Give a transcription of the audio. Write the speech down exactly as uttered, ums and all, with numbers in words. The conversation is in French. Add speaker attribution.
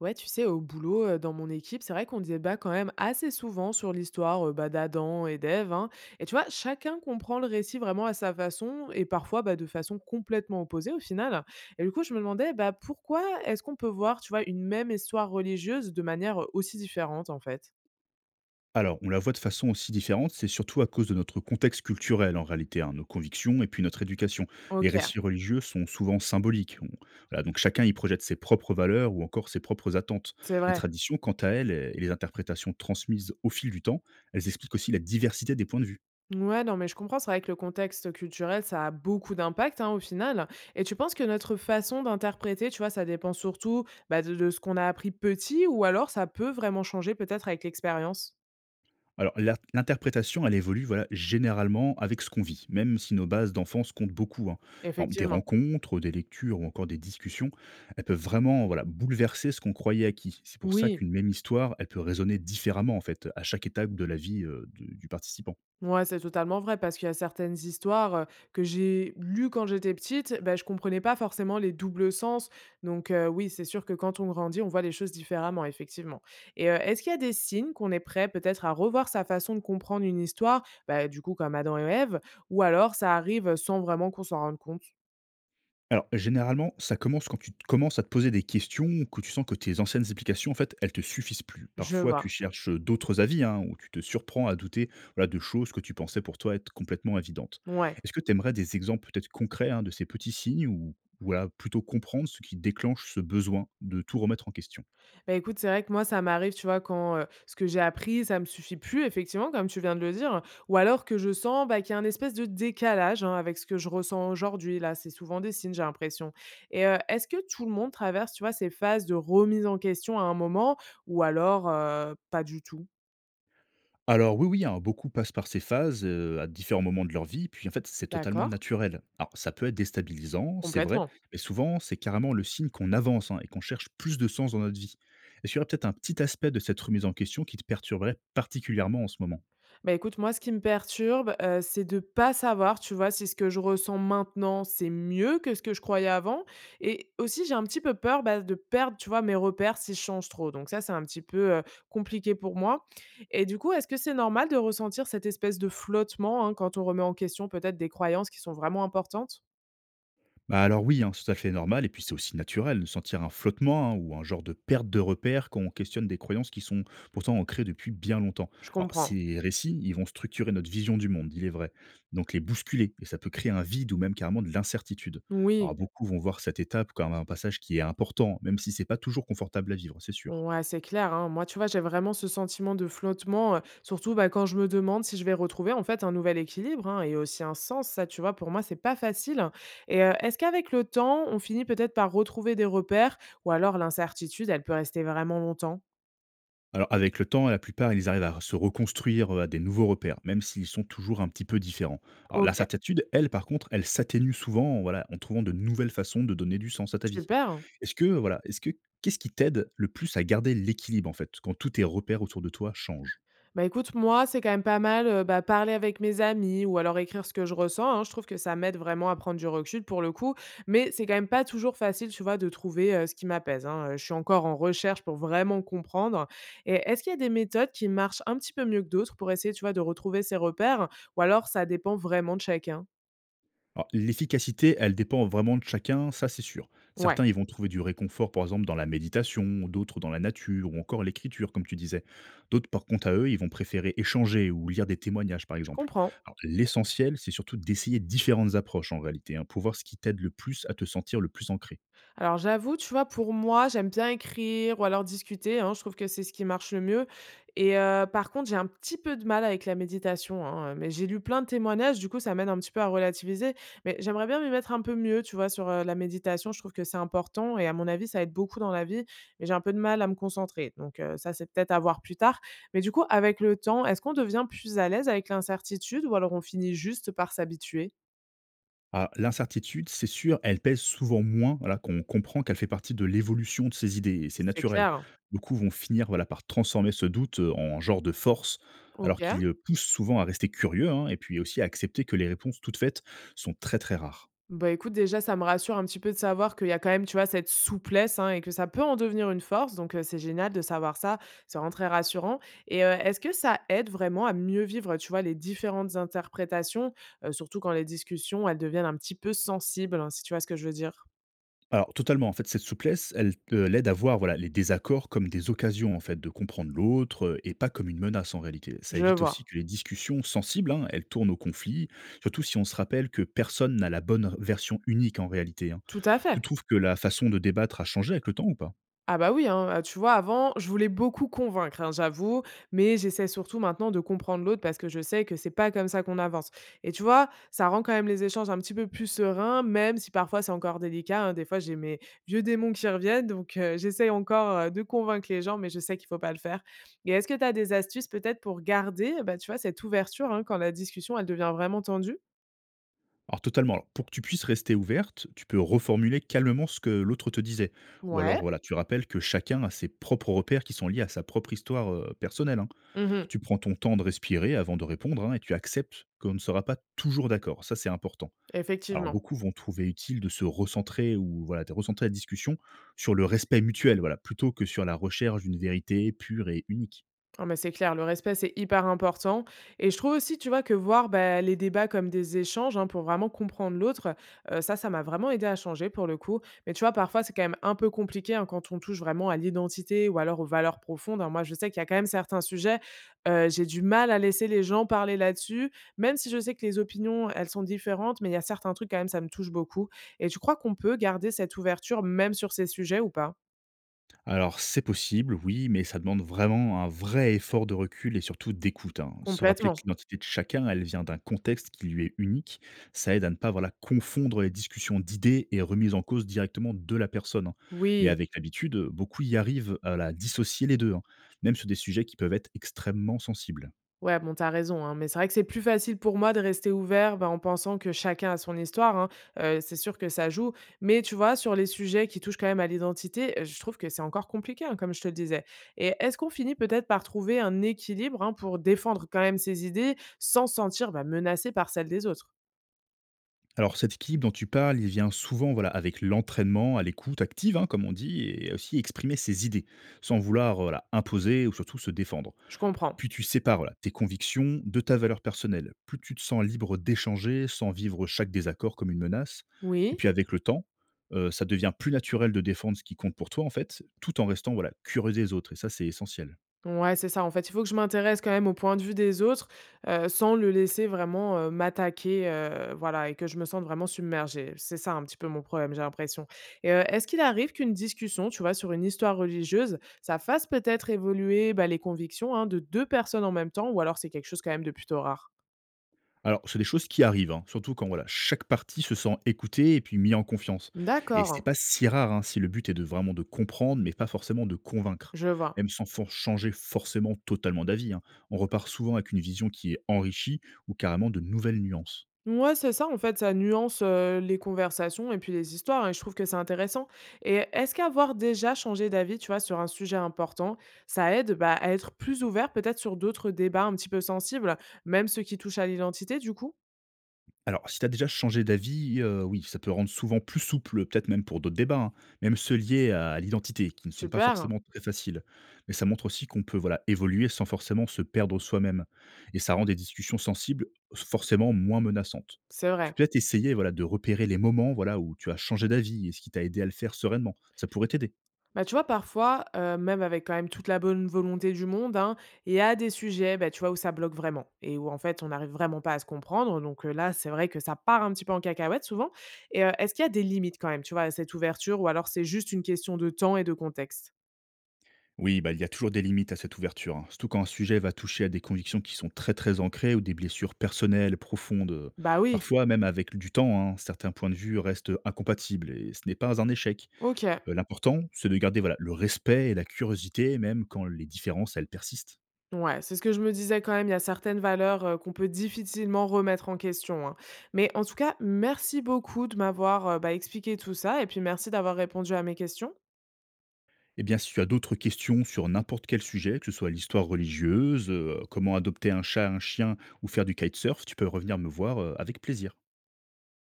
Speaker 1: Ouais, tu sais, au boulot, euh, dans mon équipe, c'est vrai qu'on débat quand même assez souvent sur l'histoire euh, bah, d'Adam et d'Ève, hein. Et tu vois, chacun comprend le récit vraiment à sa façon et parfois bah, de façon complètement opposée au final. Et du coup, je me demandais bah, pourquoi est-ce qu'on peut voir, tu vois, une même histoire religieuse de manière euh, aussi différente en fait.
Speaker 2: Alors, on la voit de façon aussi différente, c'est surtout à cause de notre contexte culturel en réalité, hein, nos convictions et puis notre éducation. Les
Speaker 1: Ok,
Speaker 2: récits religieux sont souvent symboliques. On- voilà, donc chacun y projette ses propres valeurs ou encore ses propres attentes.
Speaker 1: c'est
Speaker 2: Les
Speaker 1: vrai.
Speaker 2: traditions, quant à elles, et les interprétations transmises au fil du temps, elles expliquent aussi la diversité des points de vue.
Speaker 1: Ouais, non, mais je comprends. C'est vrai que le contexte culturel, ça a beaucoup d'impact, hein, au final. Et tu penses que notre façon d'interpréter, tu vois, ça dépend surtout bah, de, de ce qu'on a appris petit ou alors ça peut vraiment changer peut-être avec l'expérience.
Speaker 2: Alors, l'in l'interprétation, elle évolue, voilà, généralement avec ce qu'on vit, même si nos bases d'enfance comptent beaucoup, hein. Par exemple, des
Speaker 1: Effectivement.
Speaker 2: rencontres, des lectures ou encore des discussions, elles peuvent vraiment, voilà, bouleverser ce qu'on croyait acquis. C'est pour ça
Speaker 1: Oui.
Speaker 2: qu'une même histoire, elle peut résonner différemment, en fait, à chaque étape de la vie euh, de- du participant.
Speaker 1: Ouais, c'est totalement vrai parce qu'il y a certaines histoires, heu, que j'ai lues quand j'étais petite, ben je comprenais pas forcément les doubles sens donc heu, oui, c'est sûr que quand on grandit, on voit les choses différemment, effectivement. Et heu, est-ce qu'il y a des signes qu'on est prêt peut-être à revoir sa façon de comprendre une histoire, ben du coup comme Adam et Ève ou alors ça arrive sans vraiment qu'on s'en rende compte?
Speaker 2: Alors, généralement, ça commence quand tu t commences à te poser des questions, que tu sens que tes anciennes applications, en fait, elles te suffisent plus.
Speaker 1: Je
Speaker 2: Parfois, tu
Speaker 1: vois,
Speaker 2: cherches d'autres avis, hein, ou tu te surprends à douter, voilà, de choses que tu pensais pour toi être complètement évidentes.
Speaker 1: ouais.
Speaker 2: Est-ce que tu aimerais des exemples peut-être concrets, hein, de ces petits signes, ou voilà plutôt comprendre ce qui déclenche ce besoin de tout remettre en question?
Speaker 1: Bah, écoute, c'est vrai que moi, ça m'arrive, tu vois, quand, heu, ce que j'ai appris, ça me suffit plus, effectivement, comme tu viens de le dire, ou alors que je sens, bah, qu'il y a un espèce de décalage, hein, avec ce que je ressens aujourd'hui. Là, c'est souvent des signes, j'ai l'impression. Et heu, est-ce que tout le monde traverse, tu vois, ces phases de remise en question à un moment ou alors, heu, pas du tout?
Speaker 2: Alors oui, oui, hein, beaucoup passent par ces phases, heu, à différents moments de leur vie, puis en fait, c'est totalement
Speaker 1: D'accord,
Speaker 2: naturel. Alors ça peut être déstabilisant, c'est vrai,
Speaker 1: complètement.
Speaker 2: mais souvent, c'est carrément le signe qu'on avance, hein, et qu'on cherche plus de sens dans notre vie. Est-ce qu'il y aurait peut-être un petit aspect de cette remise en question qui te perturberait particulièrement en ce moment?
Speaker 1: Bah, écoute, moi, ce qui me perturbe, heu, c'est de pas savoir, tu vois, si ce que je ressens maintenant, c'est mieux que ce que je croyais avant, et aussi j'ai un petit peu peur, bah, de perdre, tu vois, mes repères si je change trop. Donc ça, c'est un petit peu, heu, compliqué pour moi. Et du coup, est-ce que c'est normal de ressentir cette espèce de flottement, hein, quand on remet en question peut-être des croyances qui sont vraiment importantes?
Speaker 2: Bah alors oui, hein, c'est tout à fait normal, et puis c'est aussi naturel de sentir un flottement, hein, ou un genre de perte de repère quand on questionne des croyances qui sont pourtant ancrées depuis bien longtemps.
Speaker 1: Je
Speaker 2: Alors
Speaker 1: comprends.
Speaker 2: ces récits, ils vont structurer notre vision du monde, il est vrai, donc les bousculer, et ça peut créer un vide ou même carrément de l'incertitude. Alors
Speaker 1: Oui.
Speaker 2: beaucoup vont voir cette étape comme un passage qui est important, même si c'est pas toujours confortable à vivre, c'est sûr.
Speaker 1: Ouais, c'est clair, hein. Moi, tu vois, j'ai vraiment ce sentiment de flottement, heu, surtout, bah, quand je me demande si je vais retrouver, en fait, un nouvel équilibre, hein, et aussi un sens. Ça, tu vois, pour moi, c'est pas facile, hein. Et heu, est-ce qu'avec le temps, on finit peut-être par retrouver des repères ou alors l'incertitude, elle peut rester vraiment longtemps?
Speaker 2: Alors, avec le temps, la plupart, ils arrivent à se reconstruire euh, à des nouveaux repères, même s'ils sont toujours un petit peu différents. Alors, la
Speaker 1: OK,
Speaker 2: certitude, elle, par contre, elle s'atténue souvent, voilà, en trouvant de nouvelles façons de donner du sens à ta vie.
Speaker 1: super.
Speaker 2: Est-ce que, voilà, est-ce que, Qu'est-ce qui t'aide le plus à garder l'équilibre, en fait, quand tous tes repères autour de toi changent?
Speaker 1: Bah, écoute, moi, c'est quand même pas mal, heu, bah, parler avec mes amis ou alors écrire ce que je ressens, hein. Je trouve que ça m'aide vraiment à prendre du recul pour le coup, mais c'est quand même pas toujours facile, tu vois, de trouver, heu, ce qui m'apaise, hein, heu. Je suis encore en recherche pour vraiment comprendre. Et est-ce qu'il y a des méthodes qui marchent un petit peu mieux que d'autres pour essayer, tu vois, de retrouver ses repères ou alors ça dépend vraiment de chacun?
Speaker 2: Alors, l'efficacité, elle dépend vraiment de chacun, ça c'est sûr.
Speaker 1: Ouais,
Speaker 2: Certains, ils vont trouver du réconfort, par exemple, dans la méditation, d'autres dans la nature, ou encore l'écriture, comme tu disais. D'autres, par contre, à eux, ils vont préférer échanger ou lire des témoignages, par
Speaker 1: je
Speaker 2: exemple.
Speaker 1: comprends.
Speaker 2: Alors, l'essentiel, c'est surtout d'essayer différentes approches, en réalité, hein, pour voir ce qui t'aide le plus à te sentir le plus ancré.
Speaker 1: Alors j'avoue, tu vois, pour moi, j'aime bien écrire ou alors discuter, hein, je trouve que c'est ce qui marche le mieux. Et heu, par contre, j'ai un petit peu de mal avec la méditation, hein, euh, mais j'ai lu plein de témoignages, du coup, ça m'aide un petit peu à relativiser. Mais j'aimerais bien m'y mettre un peu mieux, tu vois, sur, heu, la méditation. Je trouve que c'est important et à mon avis, ça aide beaucoup dans la vie, mais j'ai un peu de mal à me concentrer. Donc heu, ça, c'est peut-être à voir plus tard. Mais du coup, avec le temps, est-ce qu'on devient plus à l'aise avec l'incertitude ou alors on finit juste par s'habituer?
Speaker 2: Ah, l'incertitude, c'est sûr, elle pèse souvent moins, voilà, qu'on comprend qu'elle fait partie de l'évolution de ses idées, et c'est
Speaker 1: C'est
Speaker 2: naturel.
Speaker 1: clair.
Speaker 2: Beaucoup vont finir, voilà, par transformer ce doute euh, en genre de force, alors
Speaker 1: OK.
Speaker 2: qu'il euh, pousse souvent à rester curieux, hein, et puis aussi à accepter que les réponses toutes faites sont très très rares.
Speaker 1: Bah, écoute, déjà, ça me rassure un petit peu de savoir qu'il y a quand même, tu vois, cette souplesse, hein, et que ça peut en devenir une force. Donc, heu, c'est génial de savoir ça. C'est vraiment très rassurant. Et heu, est-ce que ça aide vraiment à mieux vivre, tu vois, les différentes interprétations, heu, surtout quand les discussions, elles deviennent un petit peu sensibles, hein, si tu vois ce que je veux dire?
Speaker 2: Alors totalement, en fait, cette souplesse, elle, heu, l'aide à voir, voilà, les désaccords comme des occasions, en fait, de comprendre l'autre, heu, et pas comme une menace en réalité. Ça
Speaker 1: Je
Speaker 2: évite aussi
Speaker 1: vois.
Speaker 2: que les discussions sensibles, hein, elles tournent au conflit, surtout si on se rappelle que personne n'a la bonne version unique en réalité, hein.
Speaker 1: Tout à
Speaker 2: Tu
Speaker 1: fait.
Speaker 2: trouves que la façon de débattre a changé avec le temps ou pas?
Speaker 1: Ah bah oui, hein, heu, tu vois avant, je voulais beaucoup convaincre, hein, j'avoue, mais j'essaie surtout maintenant de comprendre l'autre parce que je sais que c'est pas comme ça qu'on avance, et tu vois, ça rend quand même les échanges un petit peu plus sereins, même si parfois c'est encore délicat, hein. Des fois, j'ai mes vieux démons qui reviennent donc heu, j'essaie encore, heu, de convaincre les gens mais je sais qu'il faut pas le faire. Et est-ce que tu as des astuces peut-être pour garder, bah, tu vois, cette ouverture, hein, quand la discussion, elle devient vraiment tendue?
Speaker 2: Alors totalement, alors pour que tu puisses rester ouverte, tu peux reformuler calmement ce que l'autre te disait. Ou alors,
Speaker 1: Ouais.
Speaker 2: voilà, tu rappelles que chacun a ses propres repères qui sont liés à sa propre histoire, heu, personnelle, hein.
Speaker 1: Mmh.
Speaker 2: Tu prends ton temps de respirer avant de répondre, hein, et tu acceptes qu'on ne sera pas toujours d'accord. Ça, c'est important. Alors,
Speaker 1: Effectivement.
Speaker 2: beaucoup vont trouver utile de se recentrer, ou voilà, de recentrer la discussion sur le respect mutuel, voilà, plutôt que sur la recherche d'une vérité pure et unique.
Speaker 1: Ah mais c'est clair, le respect, c'est hyper important, et je trouve aussi, tu vois, que voir, bah, les débats comme des échanges, hein, pour vraiment comprendre l'autre, heu, ça, ça m'a vraiment aidé à changer pour le coup. Mais tu vois, parfois, c'est quand même un peu compliqué, hein, quand on touche vraiment à l'identité ou alors aux valeurs profondes, hein. Moi, je sais qu'il y a quand même certains sujets, heu, j'ai du mal à laisser les gens parler là-dessus, même si je sais que les opinions, elles sont différentes, mais il y a certains trucs quand même, ça me touche beaucoup. Et tu crois qu'on peut garder cette ouverture même sur ces sujets ou pas?
Speaker 2: Alors c'est possible, oui, mais ça demande vraiment un vrai effort de recul et surtout d'écoute, hein. Se rappeler que
Speaker 1: Complètement.
Speaker 2: l'identité de chacun, elle vient d'un contexte qui lui est unique, ça aide à ne pas, voilà, confondre les discussions d'idées et remises en cause directement de la personne, hein. Et
Speaker 1: Oui.
Speaker 2: avec l'habitude, beaucoup y arrivent à la dissocier les deux, hein, même sur des sujets qui peuvent être extrêmement sensibles.
Speaker 1: Ouais, bon, t'as raison, hein, mais c'est vrai que c'est plus facile pour moi de rester ouvert bah, en pensant que chacun a son histoire, hein, euh, c'est sûr que ça joue. Mais tu vois, sur les sujets qui touchent quand même à l'identité, euh, je trouve que c'est encore compliqué, hein, comme je te le disais. Et est-ce qu'on finit peut-être par trouver un équilibre, hein, pour défendre quand même ses idées sans se sentir bah, menacé par celles des autres?
Speaker 2: Alors cet équilibre dont tu parles, il vient souvent, voilà, avec l'entraînement à l'écoute active, hein, comme on dit, et aussi exprimer ses idées, sans vouloir, voilà, imposer ou surtout se défendre.
Speaker 1: Je comprends.
Speaker 2: Puis tu sépares, voilà, tes convictions de ta valeur personnelle. Plus tu te sens libre d'échanger sans vivre chaque désaccord comme une menace. Et
Speaker 1: Oui.
Speaker 2: puis avec le temps, heu, ça devient plus naturel de défendre ce qui compte pour toi en fait, tout en restant, voilà, curieux des autres, et ça c'est essentiel.
Speaker 1: Ouais, c'est ça. En fait, il faut que je m'intéresse quand même au point de vue des autres, heu, sans le laisser vraiment, heu, m'attaquer, heu, voilà, et que je me sente vraiment submergée. C'est ça un petit peu mon problème, j'ai l'impression. Et heu, est-ce qu'il arrive qu'une discussion, tu vois, sur une histoire religieuse, ça fasse peut-être évoluer, bah, les convictions, hein, de deux personnes en même temps ou alors c'est quelque chose quand même de plutôt rare?
Speaker 2: Alors c'est des choses qui arrivent, hein, surtout quand, voilà, chaque partie se sent écoutée et puis mis en confiance, et c'est
Speaker 1: D'accord,
Speaker 2: pas si rare, hein, si le but est de vraiment de comprendre mais pas forcément de convaincre.
Speaker 1: je vois.
Speaker 2: Même sans for changer forcément totalement d'avis, hein. On repart souvent avec une vision qui est enrichie ou carrément de nouvelles nuances.
Speaker 1: Ouais, c'est ça, en fait, ça nuance, heu, les conversations et puis les histoires et je trouve que c'est intéressant. Et est-ce qu'avoir déjà changé d'avis, tu vois, sur un sujet important, ça aide, bah, à être plus ouvert peut-être sur d'autres débats un petit peu sensibles, même ceux qui touchent à l'identité, du coup?
Speaker 2: Alors, si tu as déjà changé d'avis, heu, oui, ça peut rendre souvent plus souple, peut-être même pour d'autres débats, hein, même ceux liés à l'identité, qui ne sont pas
Speaker 1: Super,
Speaker 2: forcément très faciles. Mais ça montre aussi qu'on peut, voilà, évoluer sans forcément se perdre soi-même, et ça rend des discussions sensibles forcément moins menaçantes.
Speaker 1: c'est
Speaker 2: Tu
Speaker 1: vrai.
Speaker 2: peux peut-être essayer, voilà, de repérer les moments, voilà, où tu as changé d'avis et ce qui t'a aidé à le faire sereinement. Ça pourrait t'aider.
Speaker 1: Bah, tu vois, parfois, heu, même avec quand même toute la bonne volonté du monde, hein, il y a des sujets, bah, tu vois, où ça bloque vraiment et où en fait, on n'arrive vraiment pas à se comprendre. Donc, heu, là, c'est vrai que ça part un petit peu en cacahuète souvent. Et heu, est-ce qu'il y a des limites quand même, tu vois, à cette ouverture ou alors c'est juste une question de temps et de contexte?
Speaker 2: Oui, bah, il y a toujours des limites à cette ouverture, hein, surtout quand un sujet va toucher à des convictions qui sont très très ancrées ou des blessures personnelles profondes.
Speaker 1: Bah, oui,
Speaker 2: Parfois, même avec du temps, hein, certains points de vue restent incompatibles et ce n'est pas un échec.
Speaker 1: OK.
Speaker 2: Euh, L'important, c'est de garder, voilà, le respect et la curiosité, même quand les différences, elles persistent.
Speaker 1: Ouais, c'est ce que je me disais quand même, il y a certaines valeurs, heu, qu'on peut difficilement remettre en question, hein. Mais en tout cas, merci beaucoup de m'avoir, heu, bah, expliqué tout ça et puis merci d'avoir répondu à mes questions.
Speaker 2: Eh bien, si tu as d'autres questions sur n'importe quel sujet, que ce soit l'histoire religieuse, euh, comment adopter un chat, un chien ou faire du kitesurf, tu peux revenir me voir, euh, avec plaisir.